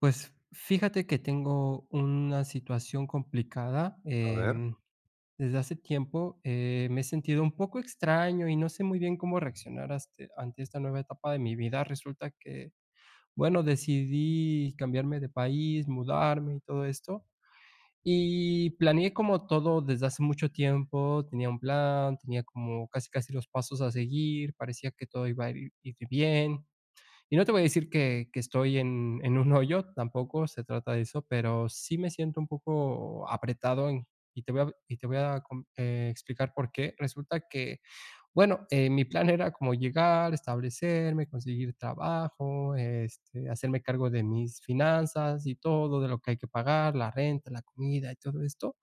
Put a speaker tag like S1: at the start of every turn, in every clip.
S1: Pues, fíjate que tengo una situación complicada,
S2: A ver,
S1: desde hace tiempo, me he sentido un poco extraño y no sé muy bien cómo reaccionar haste ante esta nueva etapa de mi vida. Resulta que, bueno, decidí cambiarme de país, mudarme y todo esto, y planeé como todo desde hace mucho tiempo, tenía un plan, tenía como casi, casi los pasos a seguir, parecía que todo iba a ir bien. Y no te voy a decir que estoy en un hoyo, tampoco se trata de eso, pero sí me siento un poco apretado en y te voy a com explicar por qué. Resulta que bueno, mi plan era como llegar, establecerme, conseguir trabajo, este, hacerme cargo de mis finanzas y todo, de lo que hay que pagar, la renta, la comida y todo esto.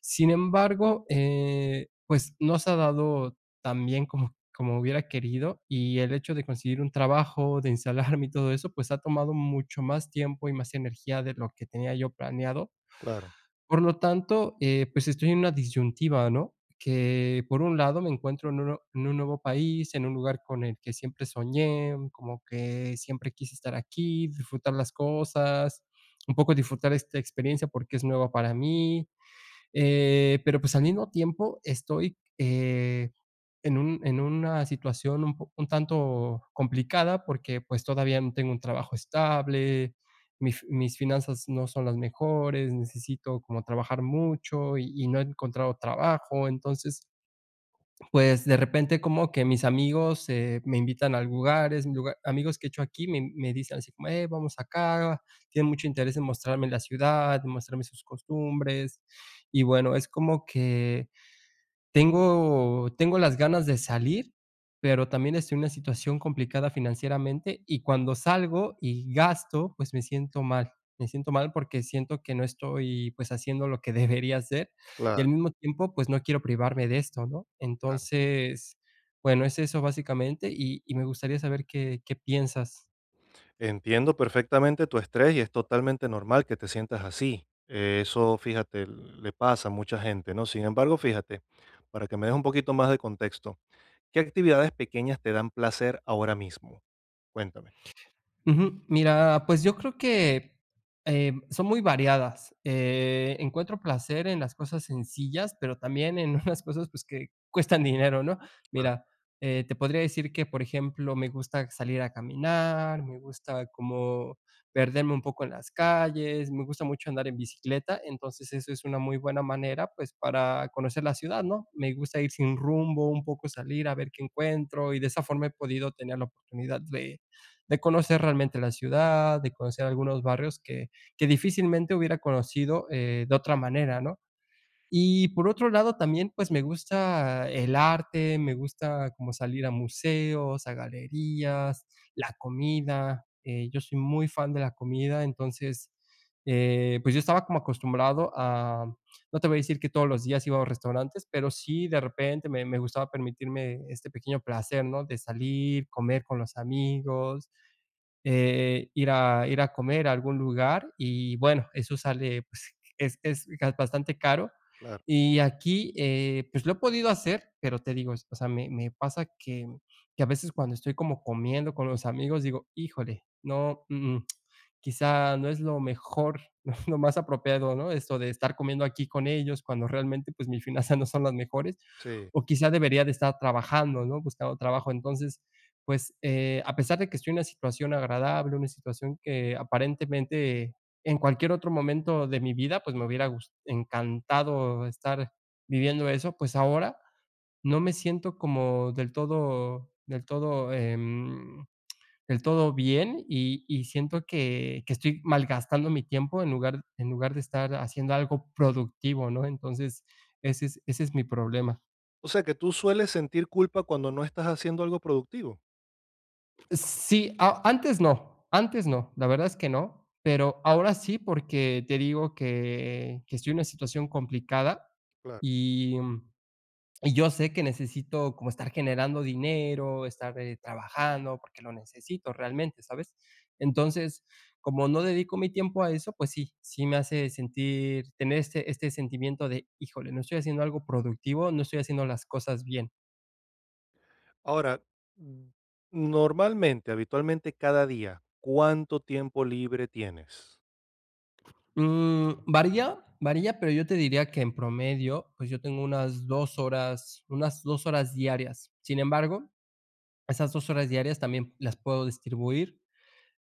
S1: Sin embargo, pues no se ha dado tan bien como hubiera querido, y el hecho de conseguir un trabajo, de instalarme y todo eso, pues ha tomado mucho más tiempo y más energía de lo que tenía yo planeado.
S2: claro,
S1: Por lo tanto, pues, estoy en una disyuntiva, ¿no? Que, por un lado, me encuentro en un nuevo país, en un lugar con el que siempre soñé, mm, como que siempre quise estar aquí, disfrutar las cosas, un poco disfrutar esta experiencia porque es nueva para mí, pero, pues, al mismo tiempo estoy, en un en una situación un tanto complicada, porque, pues, todavía no tengo un trabajo estable, mi fi mis finanzas no son las mejores, necesito como trabajar mucho y no he encontrado trabajo. Entonces, pues, de repente como que mis amigos, me invitan a lugares, lugar amigos que he hecho aquí me dicen así como: vamos acá". Tienen mucho interés en mostrarme la ciudad, en mostrarme sus costumbres. Y bueno, es como que tengo las ganas de salir, pero también estoy en una situación complicada financieramente, y cuando salgo y gasto, pues, me siento mal. Me siento mal porque siento que no estoy, pues, haciendo lo que debería hacer, y
S2: claro,
S1: al mismo tiempo, pues, no quiero privarme de esto, ¿no?
S2: claro.
S1: Entonces, bueno, es eso básicamente, y me gustaría saber qué piensas.
S2: Entiendo perfectamente tu estrés y es totalmente normal que te sientas así. Eso, fíjate, le pasa a mucha gente, ¿no? Sin embargo, fíjate, para que me des un poquito más de contexto, ¿qué actividades pequeñas te dan placer ahora mismo? Cuéntame.
S1: Ujú. Mira, pues yo creo que, son muy variadas. Encuentro placer en las cosas sencillas, pero también en unas cosas, pues, que cuestan dinero, ¿no?
S2: Claro,
S1: Mira, te podría decir que, por ejemplo, me gusta salir a caminar, me gusta como perderme un poco en las calles, me gusta mucho andar en bicicleta. Entonces, eso es una muy buena manera, pues, para conocer la ciudad, ¿no? Me gusta ir sin rumbo, un poco salir a ver qué encuentro, y de esa forma he podido tener la oportunidad de conocer realmente la ciudad, de conocer algunos barrios que difícilmente hubiera conocido, de otra manera, ¿no? Y por otro lado, también, pues me gusta el arte, me gusta como salir a museos, a galerías, la comida. Eh, yo soy muy fan de la comida. Entonces, pues yo estaba como acostumbrado a, no te voy a decir que todos los días iba a los restaurantes, pero sí de repente me gustaba permitirme este pequeño placer, ¿no? De salir, comer con los amigos, ir a comer a algún lugar y bueno, eso sale, pues, es bastante caro.
S2: claro,
S1: Y aquí, pues, lo he podido hacer, pero te digo, o sea, me pasa que a veces, cuando estoy como comiendo con los amigos, digo: "Híjole, no, quizá no es lo mejor, no es lo más apropiado", ¿no? Esto de estar comiendo aquí con ellos cuando realmente, pues, mis finanzas no son las mejores,
S2: Sí.
S1: o quizá debería de estar trabajando, ¿no? Buscando trabajo. Entonces, pues, a pesar de que estoy en una situación agradable, una situación que aparentemente en cualquier otro momento de mi vida, pues, me hubiera gus encantado estar viviendo eso, pues, ahora no me siento como del todo, del todo bien, y siento que estoy malgastando mi tiempo en lugar de estar haciendo algo productivo, ¿no? Entonces, ese es mi problema.
S2: O sea, que tú sueles sentir culpa cuando no estás haciendo algo productivo.
S1: Sí, antes no, la verdad es que no, pero ahora sí, porque te digo que estoy en una situación complicada
S2: Claro.
S1: y, mm, y yo sé que necesito como estar generando dinero, estar, trabajando, porque lo necesito realmente, ¿sabes? Entonces, como no dedico mi tiempo a eso, pues sí, sí me hace sentir tener este sentimiento de: "Híjole, no estoy haciendo algo productivo, no estoy haciendo las cosas bien".
S2: Ahora, mm, normalmente, habitualmente, cada día, ¿cuánto tiempo libre tienes?
S1: Mm, varía, varía, pero yo te diría que en promedio, pues yo tengo unas 2 horas diarias. Sin embargo, esas 2 horas diarias también las puedo distribuir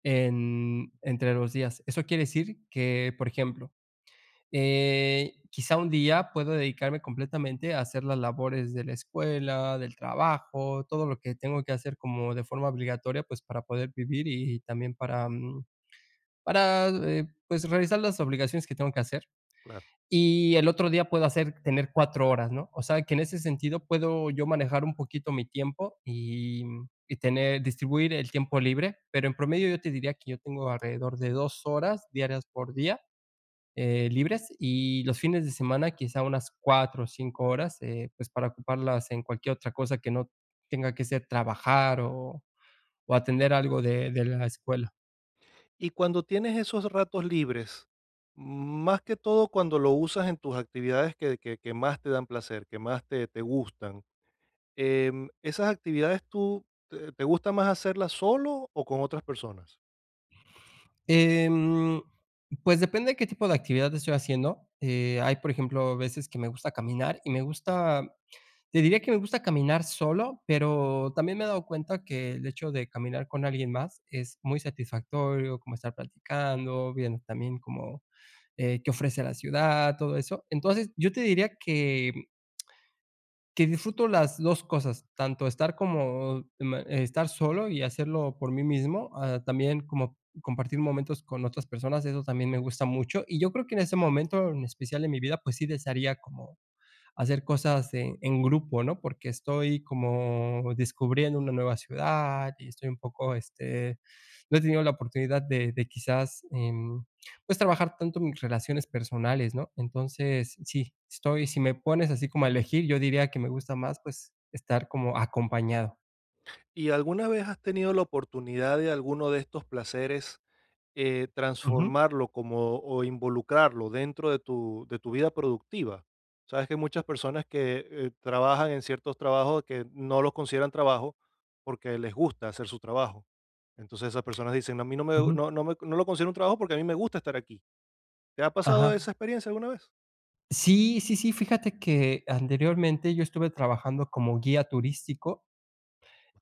S1: en entre los días. Eso quiere decir que, por ejemplo, quizá un día puedo dedicarme completamente a hacer las labores de la escuela, del trabajo, todo lo que tengo que hacer como de forma obligatoria, pues para poder vivir y también para, mm, para, pues realizar las obligaciones que tengo que hacer,
S2: Claro.
S1: y el otro día puedo hacer, tener cuatro horas, ¿no? O sea, que en ese sentido puedo yo manejar un poquito mi tiempo y tener, distribuir el tiempo libre, pero en promedio yo te diría que yo tengo alrededor de 2 horas diarias por día, libres, y los fines de semana quizá unas 4 o 5 horas, pues para ocuparlas en cualquier otra cosa que no tenga que ser trabajar o atender algo de la escuela.
S2: Y cuando tienes esos ratos libres, más que todo cuando lo usas en tus actividades que, que más te dan placer, que más te, te gustan, ¿esas actividades tú te, te gusta más hacerlas solo o con otras personas?
S1: Em, pues depende de qué tipo de actividad estoy haciendo. Hay, por ejemplo, veces que me gusta caminar y me gusta, te diría que me gusta caminar solo, pero también me he dado cuenta que el hecho de caminar con alguien más es muy satisfactorio, como estar platicando, viendo también como qué ofrece la ciudad, todo eso. Entonces, yo te diría que disfruto las 2 cosas, tanto estar como ma estar solo y hacerlo por mí mismo, ah, también como compartir momentos con otras personas, eso también me gusta mucho. Y yo creo que en ese momento en especial en mi vida, pues sí desearía como hacer cosas en grupo, ¿no? Porque estoy como descubriendo una nueva ciudad y estoy un poco, este, no he tenido la oportunidad de quizás, pues trabajar tanto mis relaciones personales, ¿no? Entonces, sí, estoy, si me pones así como a elegir, yo diría que me gusta más, pues, estar como acompañado.
S2: ¿Y alguna vez has tenido la oportunidad de alguno de estos placeres?
S1: Ujú,
S2: Transformarlo como o involucrarlo dentro de tu vida productiva. Sabes que hay muchas personas que, trabajan en ciertos trabajos que no los consideran trabajo, porque les gusta hacer su trabajo. Entonces, esas personas dicen: "No, a mí
S1: ujú.
S2: no lo considero un trabajo porque a mí me gusta estar aquí". ¿Te ha pasado
S1: Ajá.
S2: esa experiencia alguna vez?
S1: Sí, sí, sí, fíjate que anteriormente yo estuve trabajando como guía turístico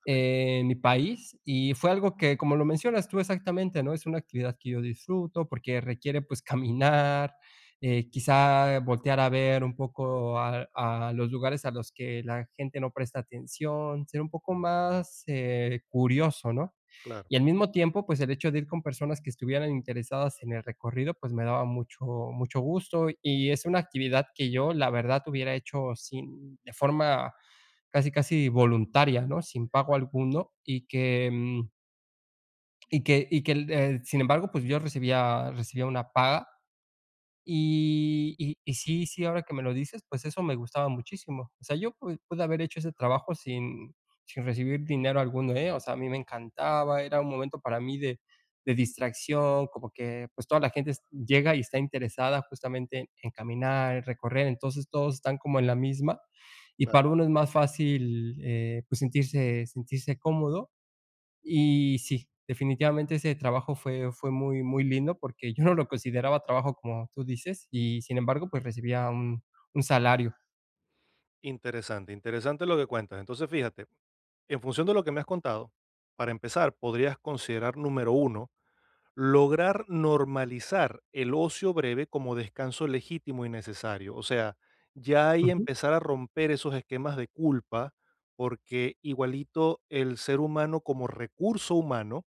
S1: en mi país, y fue algo que, como lo mencionas tú exactamente, ¿no? Es una actividad que yo disfruto porque requiere, pues, caminar, quizá voltear a ver un poco a los lugares a los que la gente no presta atención, ser un poco más, curioso, ¿no?
S2: Claro,
S1: Y al mismo tiempo, pues, el hecho de ir con personas que estuvieran interesadas en el recorrido, pues, me daba mucho gusto, y es una actividad que yo, la verdad, hubiera hecho sin de forma casi, casi voluntaria, ¿no? Sin pago alguno y que, mm, y que, sin embargo, pues yo recibía una paga, y sí, sí, ahora que me lo dices, pues eso me gustaba muchísimo. O sea, yo pu pude haber hecho ese trabajo sin recibir dinero alguno, ¿eh? O sea, a mí me encantaba, era un momento para mí de distracción, como que, pues, toda la gente es llega y está interesada justamente en caminar, en recorrer. Entonces, todos están como en la misma, y
S2: claro.
S1: para uno es más fácil, pues, sentirse cómodo. Y sí, definitivamente ese trabajo fue muy muy lindo, porque yo no lo consideraba trabajo, como tú dices, y sin embargo, pues, recibía un salario.
S2: Interesante, interesante lo que cuentas. Entonces, fíjate, en función de lo que me has contado, para empezar, podrías considerar número uno: lograr normalizar el ocio breve como descanso legítimo y necesario. O sea, ya ahí
S1: Ujú,
S2: empezar a romper esos esquemas de culpa, porque igualito el ser humano como recurso humano,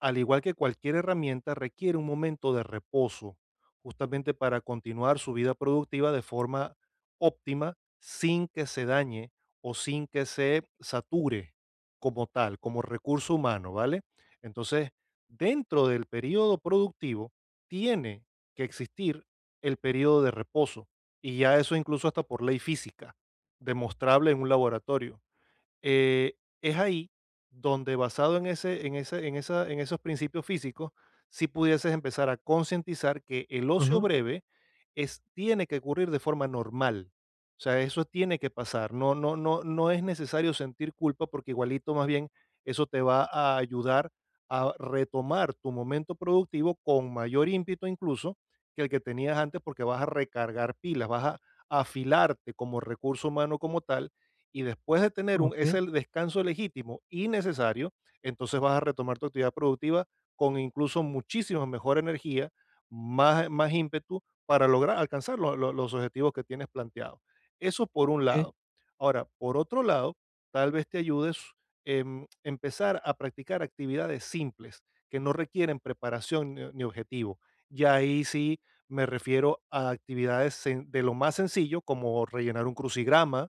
S2: al igual que cualquier herramienta, requiere un momento de reposo, justamente para continuar su vida productiva de forma óptima, sin que se dañe o sin que se sature como tal, como recurso humano, ¿vale? Entonces, dentro del periodo productivo, tiene que existir el periodo de reposo, y ya eso incluso hasta por ley física, demostrable en un laboratorio. Eh, es ahí donde, basado en ese en ese en esa en esos principios físicos, si pudieses empezar a concientizar que el ocio
S1: ujú,
S2: breve es tiene que ocurrir de forma normal. O sea, eso tiene que pasar. No, es necesario sentir culpa, porque igualito más bien eso te va a ayudar a retomar tu momento productivo con mayor ímpetu, incluso que el que tenías antes, porque vas a recargar pilas, vas a afilarte como recurso humano como tal, y después de tener
S1: okey,
S2: ese descanso legítimo y necesario, entonces vas a retomar tu actividad productiva con incluso muchísima mejor energía, más ímpetu para lograr alcanzar los objetivos que tienes planteados. Eso por un
S1: okey,
S2: lado. Ahora, por otro lado, tal vez te ayudes empezar a practicar actividades simples que no requieren preparación ni objetivo. Ya ahí sí me refiero a actividades de lo más sencillo, como rellenar un crucigrama,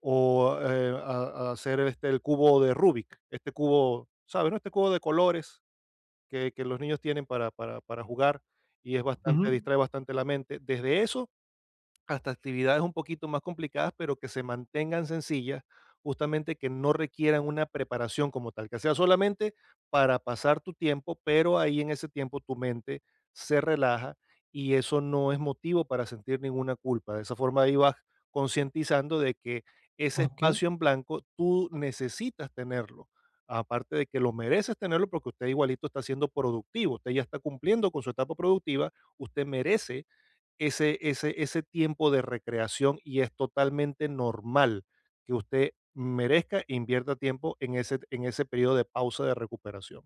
S2: o, a hacer, este, el cubo de Rubik, este cubo, ¿sabes? No, este cubo de colores que los niños tienen para jugar, y es
S1: ujú,
S2: bastante, distrae bastante la mente. Desde eso hasta actividades un poquito más complicadas, pero que se mantengan sencillas, justamente que no requieran una preparación como tal, que sea solamente para pasar tu tiempo, pero ahí en ese tiempo tu mente se relaja y eso no es motivo para sentir ninguna culpa. De esa forma ahí vas concientizando de que ese
S1: okey.
S2: espacio en blanco tú necesitas tenerlo. Aparte de que lo mereces tenerlo, porque usted igualito está siendo productivo, usted ya está cumpliendo con su etapa productiva, usted merece ese tiempo de recreación, y es totalmente normal que usted merezca e invierta tiempo en ese período de pausa, de recuperación.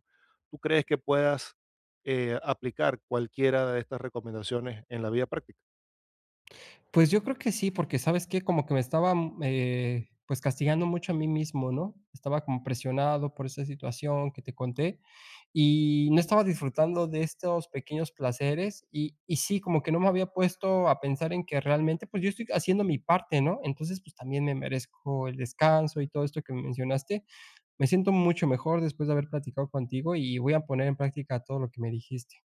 S2: ¿Tú crees que puedas, aplicar cualquiera de estas recomendaciones en la vida práctica?
S1: Pues yo creo que sí, porque, ¿sabes qué? Como que me estaba, mm, pues, castigando mucho a mí mismo, ¿no? Estaba como presionado por esa situación que te conté, y no estaba disfrutando de estos pequeños placeres, y sí, como que no me había puesto a pensar en que realmente, pues, yo estoy haciendo mi parte, ¿no? Entonces, pues, también me merezco el descanso y todo esto que me mencionaste. Me siento mucho mejor después de haber platicado contigo, y voy a poner en práctica todo lo que me dijiste.